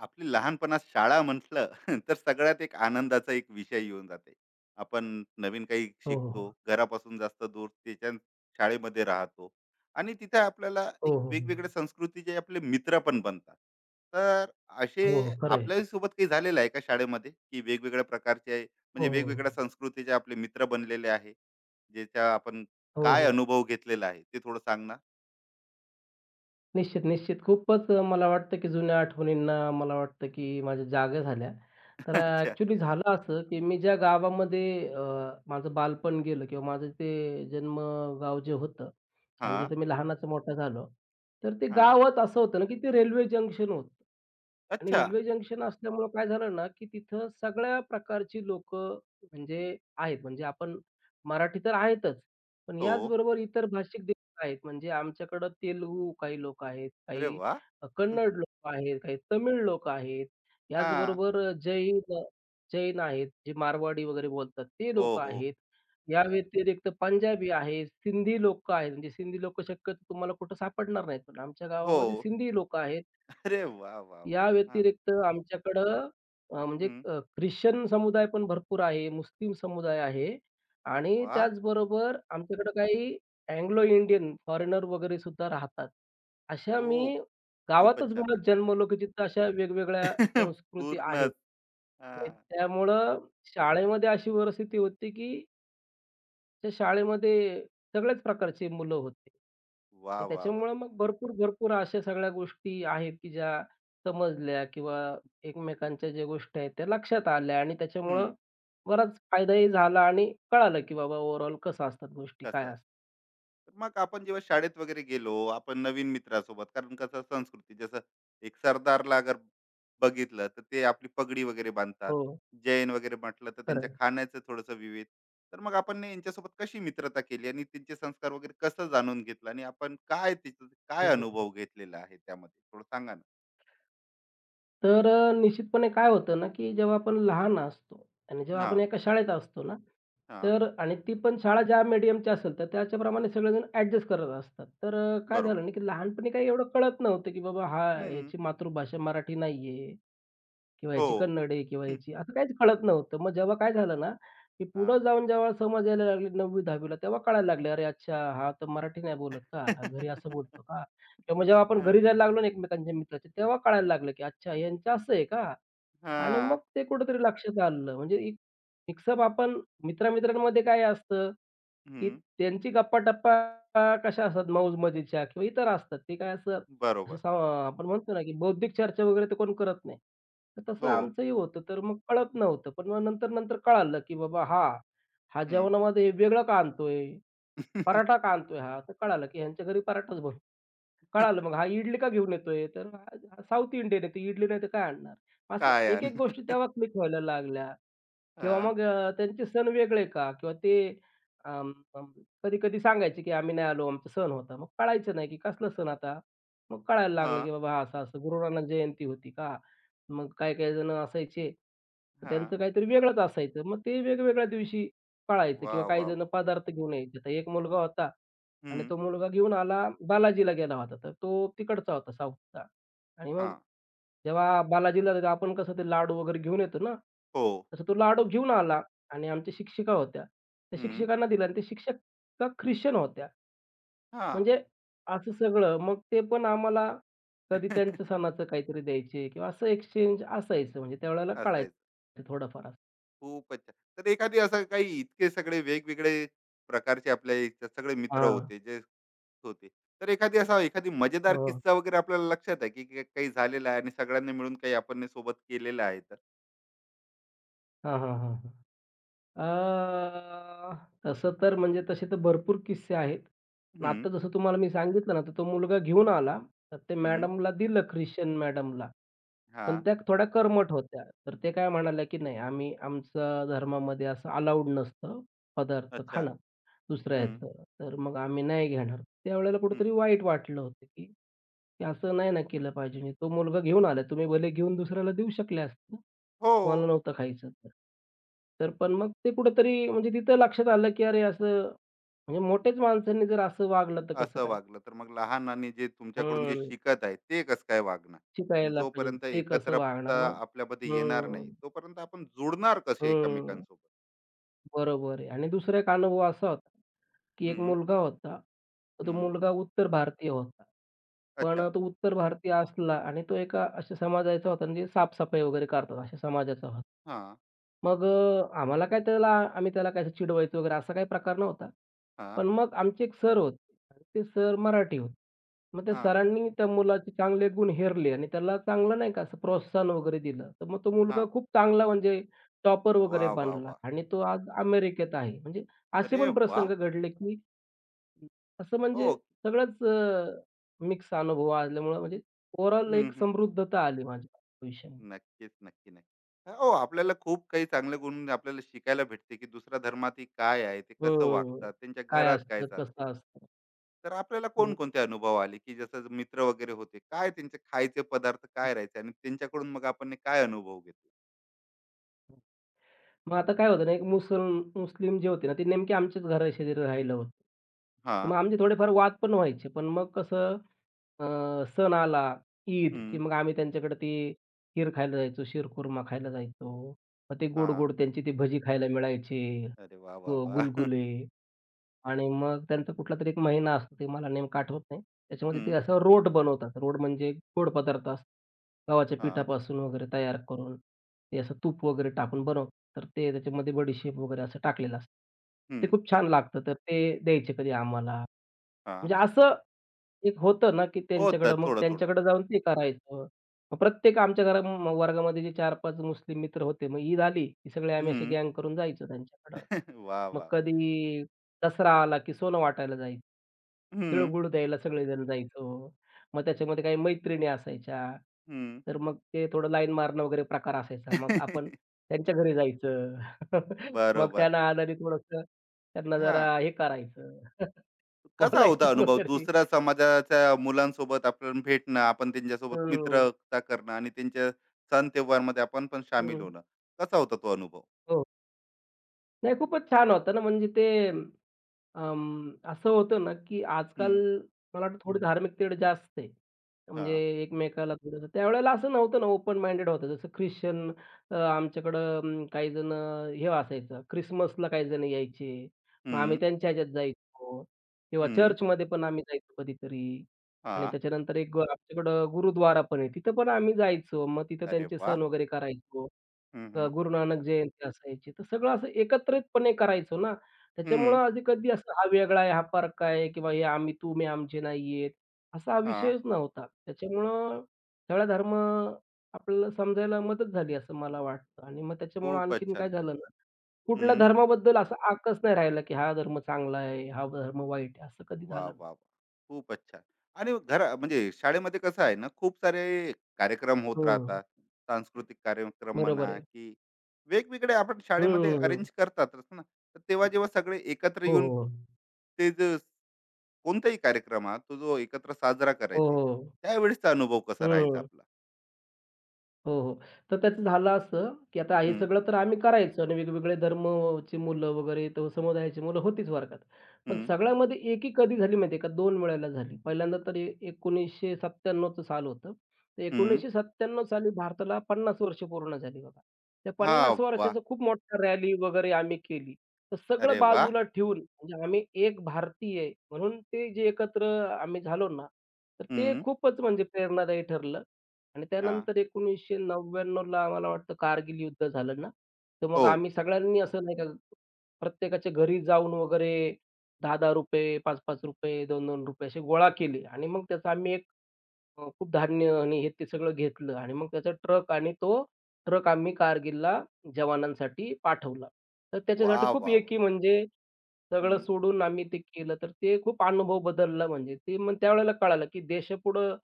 आपली लहानपणात शाळा म्हटलं तर सगळ्यात एक आनंदाचा एक विषय येऊन जाते. आपण नवीन काही हो, हो, शिकतो, हो. घरापासून जास्त दूर त्याच्या शाळेमध्ये राहतो आणि तिथे आपल्याला हो, एक हो, हो. वेगवेगळ्या संस्कृतीचे आपले मित्र पण बनतात. तर हो, असे हो. खरं आहे. आपल्याही सोबत काही झालेलं आहे का शाळेमध्ये, की वेगवेगळ्या प्रकारचे हो, म्हणजे हो. वेगवेगळ्या संस्कृतीचे आपले मित्र बनलेले आहे, ज्याचा आपण हो, हो. काय हो. अनुभव घेतलेला आहे ते थोडं सांगणार? निश्चित, निश्चित. खूपच मला वाटतं की जुन्या आठवणींना मला वाटतं की माझ्या जागा झाल्या. तर अच्छा. अ, झालं असं की मी ज्या गावामध्ये अ, माझं बालपण गेलं किंवा माझं ते जन्मगाव जे होतं आणि हां, जिथे मी लहानाचा मोठा झालो, तर ते हां. गावच असं होतं ना की ते रेल्वे जंक्शन होतं. आणि अच्छा. रेल्वे जंक्शन असल्यामुळं काय झालं ना, की तिथं सगळ्या प्रकारची लोकं म्हणजे आहेत. म्हणजे आपण मराठी तर आहेतच, पण हो. याचबरोबर इतर भाषिक देखील आहेत. म्हणजे आमच्याकडं तेलुगू काही लोकं आहेत, अरे काही वाह! कन्नड लोकं आहेत, काही तमिळ लोकं आहेत. हां. याचबरोबर जैन आहेत, जे मारवाडी वगैरे बोलतात ते हो, लोकं हो. आहेत. या हां. व्यतिरिक्त पंजाबी आहेत, सिंधी लोकं आहेत. म्हणजे सिंधी लोकं शक्यतो तुम्हाला कुठं सापडणार नाहीत, पण आमच्या हो. गावामध्ये सिंधी लोकं आहेत. अरे वा वा वा, या हां. व्यतिरिक्त आमच्याकडं हं. ख्रिश्चन समुदाय पण भरपूर आहे, मुस्लिम समुदाय आहे आणि वाह! त्याचबरोबर आमच्याकडं काही अँग्लो इंडियन फॉरेनर वगैरे सुद्धा राहतात. अशा हो. मी खूपच गावातच छान. मला जन्मलो, की तिथं अशा वेगवेगळ्या संस्कृती आहेत पूर्णच. आणि हां. त्यामुळं शाळेमध्ये अशी परिस्थिती होती, की त्या शाळेमध्ये सगळ्याच प्रकारची मुलं होते वा. आणि वाह! वाह! त्याच्यामुळं मग भरपूर अशा सगळ्या गोष्टी आहेत, की ज्या समजल्या किंवा एकमेकांच्या ज्या गोष्टी आहेत त्या लक्षात आल्या आणि त्याच्यामुळं बराच फायदाही झाला आणि कळालं, की बाबा ओव्हरऑल कसं असतात गोष्टी, कसं काय असतं. असतात. तर मग आपण जेव्हा शाळेत वगैरे गेलो आपण नवीन मित्रासोबत कारण कसं संस्कृती जसं एक सरदारला अगर बघितलं तर ते आपली पगडी वगैरे बांधतात. हो, जैन वगैरे म्हटलं तर खरं त्यांच्या आहे. खाण्याचं थोडंसं विविध. तर मग आपण ने यांच्यासोबत कशी मित्रता केली आणि त्यांचे संस्कार वगैरे कसं जाणून घेतलं आणि आपण काय तिथं काय हं, हं. अनुभव घेतलेला आहे त्यामध्ये थोडं सांगा ना. निश्चितपणे काय होतं ना, की जेव्हा आपण लहान असतो आणि जेव्हा हा. आपण एका शाळेत असतो ना, हा. तर आणि ती पण शाळा ज्या मीडियमची असेल, तर त्याच्याप्रमाणे सगळेजण ॲडजस्ट करत असतात. काय बरोबर. झालं ना, की लहानपणी काही एवढं कळत नव्हतं, की बाबा हा हम्म. ह्याची मातृभाषा मराठी नाहीये किंवा हो. ह्याची कन्नड आहे किंवा हम्म, ह्याची असं काहीच कळत नव्हतं. मग जेव्हा काय झालं ना, की हा. पुढं जाऊन जेव्हा समज यायला लागली 9वी-10वी तेव्हा कळायला लागले, "अरे अच्छा, हा तर मराठी नाही बोलत का? हा घरी असं बोलतो का?" किंवा मग जेव्हा आपण हा. घरी जायला लागलो ना एकमेकांच्या मित्राच्या, तेव्हा कळायला लागलं, की अच्छा ह्यांचं असं आहे का? आणि मग हा, ते कुठेतरी लक्षात आलं. म्हणजे एक मिक्सअप आपण मित्र-मित्रांमध्ये काय असतं, की हम्म, त्यांची गप्पा-टप्पा कशा असतात मौज-मजेच्या किंवा इतर असतात. ते काय असं असं बरोबर. सा आपण म्हणतो ना, की बौद्धिक चर्चा वगैरे ते कोण करत नाही. तर तसं हो. आमचंही होतं. तर मग कळत नव्हतं. पण मग नंतर-नंतर कळालं, की बाबा हां, हा जेवणामध्ये हे वेगळं का आणतोय? पराठा का आणतोय हा? तर कळालं, की ह्यांच्या घरी पराठाच कळालं मग हा इडली का घेऊन येतोय? तर हा साउथ इंडियन आहे, तर इडली नाही तर काय आणणार? असं काय एक-एक गोष्टी आणणार? तेव्हा क्लिक व्हायला लागल्या. किंवा हां, मग त्यांचे सण वेगळे का? किंवा ते अं, अं, कधी-कधी सांगायचे, की "आम्ही नाही आलो, आमचा सण होता." मग कळायचं नाही, की कसला सण आता? मग कळायला लागलं, हां, की बाबा असं-असं गुरु नानक जयंती होती का? मग काही-काही जण असायचे, तर हां. त्यांचं काहीतरी वेगळंच असायचं. मग ते वेगवेगळ्या दिवशी कळायचं वाह! किंवा काही वाह! जण वाह! पदार्थ घेऊन यायचे. तर एक मुलगा होता आणि हं. तो मुलगा घेऊन आला बालाजीला गेला होता. तर तो तिकडचा होता साऊथचा आणि मग हां. जेव्हा बालाजीला तर आपण कसं ते लाडू वगैरे घेऊन येतो ना, हो. तसं तो लाडू घेऊन आला आणि आमच्या शिक्षिका होत्या. त्या हं. शिक्षकांना दिला आणि त्या शिक्षिका ख्रिश्चन होत्या. हां. म्हणजे असं सगळं. मग ते पण आम्हाला कधी त्यांचं सणाचं काहीतरी द्यायचे किंवा असं एक्सचेंज असायचं म्हणजे त्यावेळेला असायचं. कळायचं थोडंफार असं. खूपच छान. तर एखादी असं काही इतके सगळे वेगवेगळे प्रकारचे आपल्या इथे सगळे मित्र हां. होते, जे होते. तर एखादी असा एखादी मजेदार हो. किस्सा वगैरे आपल्याला लक्षात आहे, की की काही झालेला आहे आणि सगळ्यांनी मिळून काही आपण ने सोबत केलेलं आहे तर? हां, हां, हां, हां. अ, तसं तर म्हणजे तसे तर भरपूर किस्से आहेत. पण हं, आता जसं तुम्हाला मी सांगितलं ना, तर तो मुलगा घेऊन आला. तर ते हं. मॅडमला दिलं ख्रिश्चन मॅडमला. पण हां. त्या थोड्या कर्मठ होत्या. तर ते काय म्हणाल्या, की नाही आम्ही आमच्या धर्मामध्ये असं अलाउड नसतं पदार्थ अच्छा. खाणं दुसऱ्या हं, ह्याचं. तर मग आम्ही नाही घेणार. त्यावेळेला हं. कुठेतरी वाईट वाटलं होतं, की की असं नाही ना केलं पाहिजे. म्हणजे तो मुलगा घेऊन आला. तुम्ही भले घेऊन दुसऱ्याला देऊ शकले असते हो. तुम्हाला नव्हतं खायचं तर. तर पण मग ते कुठेतरी म्हणजे तिथं लक्षात आलं, की अरे असं म्हणजे मोठ्याच माणसांनी जर असं वागलं तर कसं असं काय? वागलं तर मग लहान आणि जे तुमच्याकडून जे हं. शिकत आहे ते कसं काय वागणार. आणि शिकायला पाहिजे. जोपर्यंत ते कसं वागणार एकत्रता मग? आपल्यामध्ये येणार नाही हं, तोपर्यंत आपण जुडणार कसे हं. एकमेकांसोबत. बरोबर आहे. आणि दुसरा एक अनुभव असा होता, की एक हम्म. मुलगा होता. तो हम्म. मुलगा उत्तर भारतीय होता. पण अच्छा. तो उत्तर भारतीय असला आणि तो एका अशा समाजाचा होता म्हणजे साफ वगैरे करतात अशा समाजाचा होता. हा. आम्हाला काय त्याला आम्ही त्याला काय चिडवायचो वगैरे असा काही प्रकार नव्हता. हा. पण मग आमचे एक सर होते आणि ते सर मराठी होते. मग त्या हा. सरांनी त्या मुलाचे चांगले गुण हेरले आणि त्याला चांगलं नाही का असं प्रोत्साहन वगैरे दिलं. तर मग तो मुलगा हा. खूप चांगला म्हणजे टॉपर वा वगैरे वा बनला वा. आणि तो आज अमेरिकेत आहे. म्हणजे असे अरे पण वा. प्रसंग घडले, की असं हो. म्हणजे सगळंच मिक्स अनुभव आल्यामुळं म्हणजे ओव्हरऑल एक समृद्धता आली माझ्या आयुष्यामध्ये. नक्कीच, नक्की, नक्की. हो, आपल्याला खूप काही चांगले गुण आपल्याला शिकायला भेटते, की दुसऱ्या धर्मातही काय आहे, ते कसं हं. वागतात, त्यांच्या काय घरात काय असतं, चालते. कसं असतं. तर आपल्याला हं. कोणकोणते अनुभव आले, की जसं मित्र वगैरे होते, काय त्यांचे खायचे पदार्थ काय राहायचे आणि त्यांच्याकडून मग आपण ने काय अनुभव घेतला? मग आता काय होतं ना, एक मुसल मुस्लिम जे होते ना, ते नेमके आमच्याच घराशेजारी राहिलं होतं. तर हां. मग आमचे थोडेफार वाद पण व्हायचे. पण मग कसं अ, सण आला, ईद, की हं, मग आम्ही त्यांच्याकडे ती खीर खायला जायचो, शिरखुर्मा खायला जायचो. मग ते हां. गोड-गोड त्यांची ती भजी खायला मिळायची, अरे वाह, वाह, वाह! गुलगुले. आणि मग त्यांचा कुठलातरी एक महिना असतो, ते मला नेमकं आठवत नाही. त्याच्यामध्ये ते हं, असं रोट बनवतात. रोट म्हणजे एक गोड पदार्थ असतो. गव्हाच्या हां, पिठापासून वगैरे तयार करून, ते असं तूप वगैरे टाकून बनवतात. तर ते त्याच्यामध्ये बडीशेप वगैरे असं टाकलेलं असतं. हं, ते खूप छान लागतं. तर ते द्यायचे कधी आम्हाला. हां. म्हणजे असं एक होतं ना, की होतं त्यांच्याकडं मग थोडं-थोडं. त्यांच्याकडे जाऊन ते करायचं. मग प्रत्येक आमच्या वर्गामध्ये जे 4-5 मुस्लिम मित्र होते, मग ईद आली, की सगळे आम्ही अशी हं. गँग करून जायचो त्यांच्याकडं. वाह, मग वाह! कधी दसरा आला, की सोनं वाटायला जायचं. हं, तिळगूळ द्यायला सगळेजण जायचो. मग त्याच्यामध्ये काही मैत्रिणी असायच्या. हं. तर मग ते थोडं लाईन मारणं वगैरे प्रकार असायचा. मग आपण त्यांच्या घरी जायचं. मग बरोबर. त्यांना आधारित थोडंसं त्यांना हां. जरा हे करायचं, कसा होता बोलायचं अनुभव वगैरे. दुसऱ्या समाजाच्या मुलांसोबत आपण भेटणं, आपण त्यांच्यासोबत हं, मित्रता करणं आणि त्यांच्या सण त्योहारमध्ये आपण पण सामील हं. होणं. कसा होता तो अनुभव? हो. नाही खूपच छान होतं ना म्हणजे ते असं होतं ना, की आजकाल हं, मला वाटतं थोडी धार्मिक तेढ जास्त आहे. म्हणजे हां. एकमेकाला थोडंसं त्यावेळेला असं नव्हतं ना, ओपन माइंडेड होतं. जसं ख्रिश्चन आमच्याकडं काही जण हे असायचं ख्रिसमसला काही जण यायचे. मग आम्ही हं, त्यांच्या ह्याच्यात जायचो किंवा हं. चर्चमध्ये पण आम्ही जायचो कधीतरी आणि हां. त्याच्यानंतर आमच्याकडं गुरुद्वारा पण आहे. तिथं पण आम्ही जायचो. मग तिथं अरे त्यांचे वाह! सण वगैरे करायचो. हं, हं. गुरुनानक जयंती असायची. तर सगळं असं एकत्रितपणे करायचो ना. त्याच्यामुळं हं. आधी कधी असं हा वेगळा आहे, हा फरक आहे किंवा हे आम्ही तुम्ही आमचे नाहीयेत, असा हा हां. विषयच नव्हता. त्याच्यामुळं सगळा धर्म आपल्याला समजायला मदत झाली असं मला वाटतं आणि मग त्याच्यामुळं खूपच आणखीन काय छान. झालं ना, कुठल्या हं. धर्माबद्दल असा आकच नाही राहिला, की हा धर्म चांगला आहे, हा धर्म वाईट आहे, असं कधी वाह! झालं वाह! नाही. वाह! खूपच छान. आणि घरा म्हणजे शाळेमध्ये कसं आहे ना, खूप सारे कार्यक्रम होत हं, राहतात. सांस्कृतिक कार्यक्रम म्हणा, बरोबर आहे. की वेगवेगळे आपण शाळेमध्ये हं, अरेंज करतातच ना. तर तेव्हा जेव्हा सगळे एकत्र हो, येऊन हो. ते जे कोणताही कार्यक्रम हा, तो जो एकत्र साजरा हो, करायचे, हो. त्यावेळेसचा अनुभव कसा राहायचा हं. आपला? हो, हो. तर त्याचं झालं असं, की आता हे हं, सगळं तर आम्ही करायचो आणि वेगवेगळे धर्मची मुलं वगैरे तो समुदायाची मुलं होतीच वर्गात. पण हं, सगळ्यामध्ये एकी कधी झाली माहिती का? 2 वेळेला झाली. पहिल्यांदा तर ए 1997चं साल होतं. तर हं. 1997 साली भारताला 50 वर्ष पूर्ण झाली बघा. त्या 50 हां, वाह! वर्षाचं खूप मोठ्या रॅली वगैरे आम्ही केली. तर सगळं अरे वाह! बाजूला ठेवून म्हणजे आम्ही एक भारतीय आहे म्हणून ते जे एकत्र आम्ही झालो ना, तर ते हं, खूपच म्हणजे प्रेरणादायी ठरलं. आणि हां. त्यानंतर 1999ला मला वाटतं कारगिल युद्ध झालं ना, तर मग हो. आम्ही सगळ्यांनी असं नाही का प्रत्येकाच्या घरी जाऊन वगैरे ₹10-10, ₹5-5, दोन 2 असे गोळा केले आणि मग त्याचा आम्ही एक खूप धान्य आणि हे ते सगळं घेतलं आणि मग त्याचा ट्रक आणि तो ट्रक आम्ही कारगिलला जवानांसाठी पाठवला. तर त्याच्यासाठी वाह! खूप वाह! वाह! एकी म्हणजे सगळं हं. सोडून आम्ही ते केलं, तर ते खूप अनुभव बदलला म्हणजे ते मग त्यावेळेला कळालं, की देशापुढं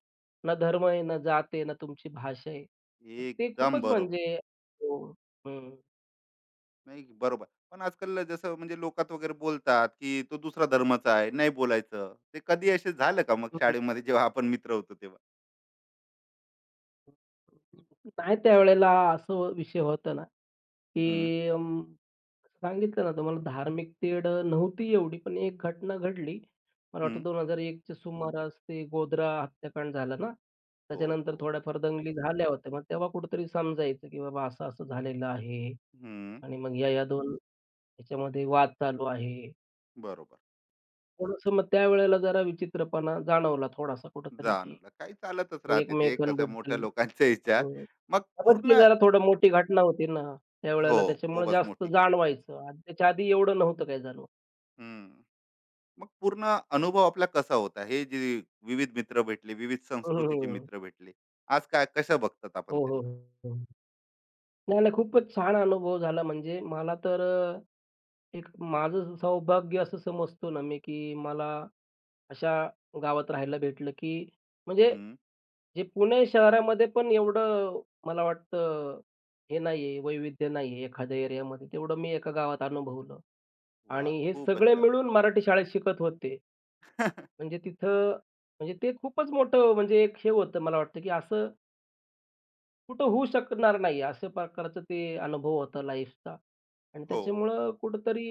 ना धर्म आहे, ना जात आहे, ना तुमची भाषा आहे. तर ते एकदम खूपच बरोबर. म्हणजे हो. हं. नाही बरोबर. पण आजकाल जसं म्हणजे लोकात वगैरे बोलतात, की तो दुसरा धर्माचा आहे, नाही बोलायचं. ते कधी असे झालं का मग शाळेमध्ये जेव्हा आपण मित्र होतो तेव्हा? नाही त्यावेळेला असं हो, विषय होता ना, हं, की सांगितलं ना तुम्हाला धार्मिक तेढ नव्हती एवढी, पण एक घटना घडली. मला वाटतं हं. 2001 च्या सुमारास ते गोधरा हत्याकांड झालं ना, हो, त्याच्यानंतर हो, हो. थोड्याफार दंगली झाल्या होत्या. मग तेव्हा कुठेतरी समजायचं, की बाबा असं-असं झालेलं आहे हं. आणि मग या-या 2 ह्याच्यामध्ये वाद चालू आहे. बरोबर. थोडंसं मग त्यावेळेला जरा विचित्रपणा जाणवला थोडासा कुठेतरी, की जाणवलं. काही चालतच राहते ते कसं एकमेकांबद्दल मोठ्या लोकांच्या ह्याच्यात. मग पण ती पूर्ण. जरा थोडं मोठी घटना होती ना, हो, त्यावेळेला त्याच्यामुळे खूपच जास्त मोठी. जाणवायचं. आणि त्याच्या आधी एवढं नव्हतं काही जाणवत. हं. मग पूर्ण अनुभव आपला कसा होता? हे जे विविध मित्र भेटले, विविध हं, हं, संस्कृतीचे हं. मित्र भेटले. आज काय कसं बघतात हो, आपण हो, त्यांना? हो. नाही, नाही खूपच छान अनुभव झाला म्हणजे मला तर एक माझं सौभाग्य असं समजतो ना मी, की मला अशा गावात राहायला भेटलं, की म्हणजे हं. जे पुणे शहरामध्ये पण एवढं मला वाटतं हे नाहीये, वैविध्य नाहीये एखाद्या एरियामध्ये. तेवढं मी एका गावात अनुभवलं वाह! आणि हे खूपच सगळे छान. मिळून मराठी शाळेत शिकत होते. म्हणजे तिथं म्हणजे ते खूपच मोठं म्हणजे एक हे होतं मला वाटतं, की असं कुठं होऊ शकणार नाही. अशा प्रकारचं ते अनुभव होता लाईफचा आणि हो. त्याच्यामुळं कुठेतरी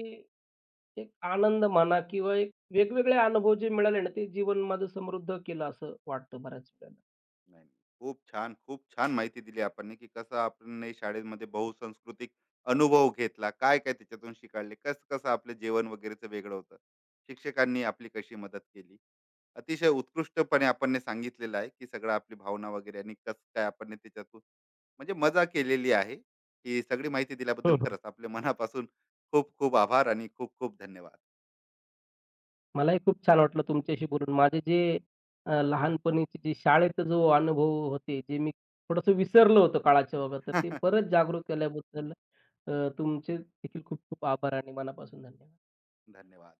एक आनंद म्हणा किंवा एक वेगवेगळे अनुभव जे मिळाले ना, ते जीवन माझं समृद्ध केलं असं वाटतं बऱ्याच वेळेला. नाही नाही. खूप छान खूप छान माहिती दिली आपण ने की कसं आपण शाळेमध्ये बहुसांस्कृतिक अनुभव घेतला, काय काय त्याच्यातून शिकाळले, कसं कसं आपलं जेवण वगैरेचं वेगळं होतं, शिक्षकांनी आपली कशी मदत केली. अतिशय उत्कृष्टपणे आपण ने सांगितलेलं आहे की सगळं आपली भावना वगैरे आणि कसं काय आपण ने त्याच्यातून म्हणजे मजा केलेली आहे. ही सगळी माहिती दिल्याबद्दल खरंच आपल्या मनापासून खूप खूप आभार आणि खूप खूप धन्यवाद. मलाही खूप छान वाटलं तुमच्याशी बोलून. माझे जे लहानपणीचे जे शाळेत जो अनुभव होते, जे मी थोडंसं विसरलो होतं काळाच्या ओघात, तर ते परत जागृत केल्याबद्दल अ, तुमचे देखील खूप खूप आभार आणि मनापासून धन्यवाद. धन्यवाद.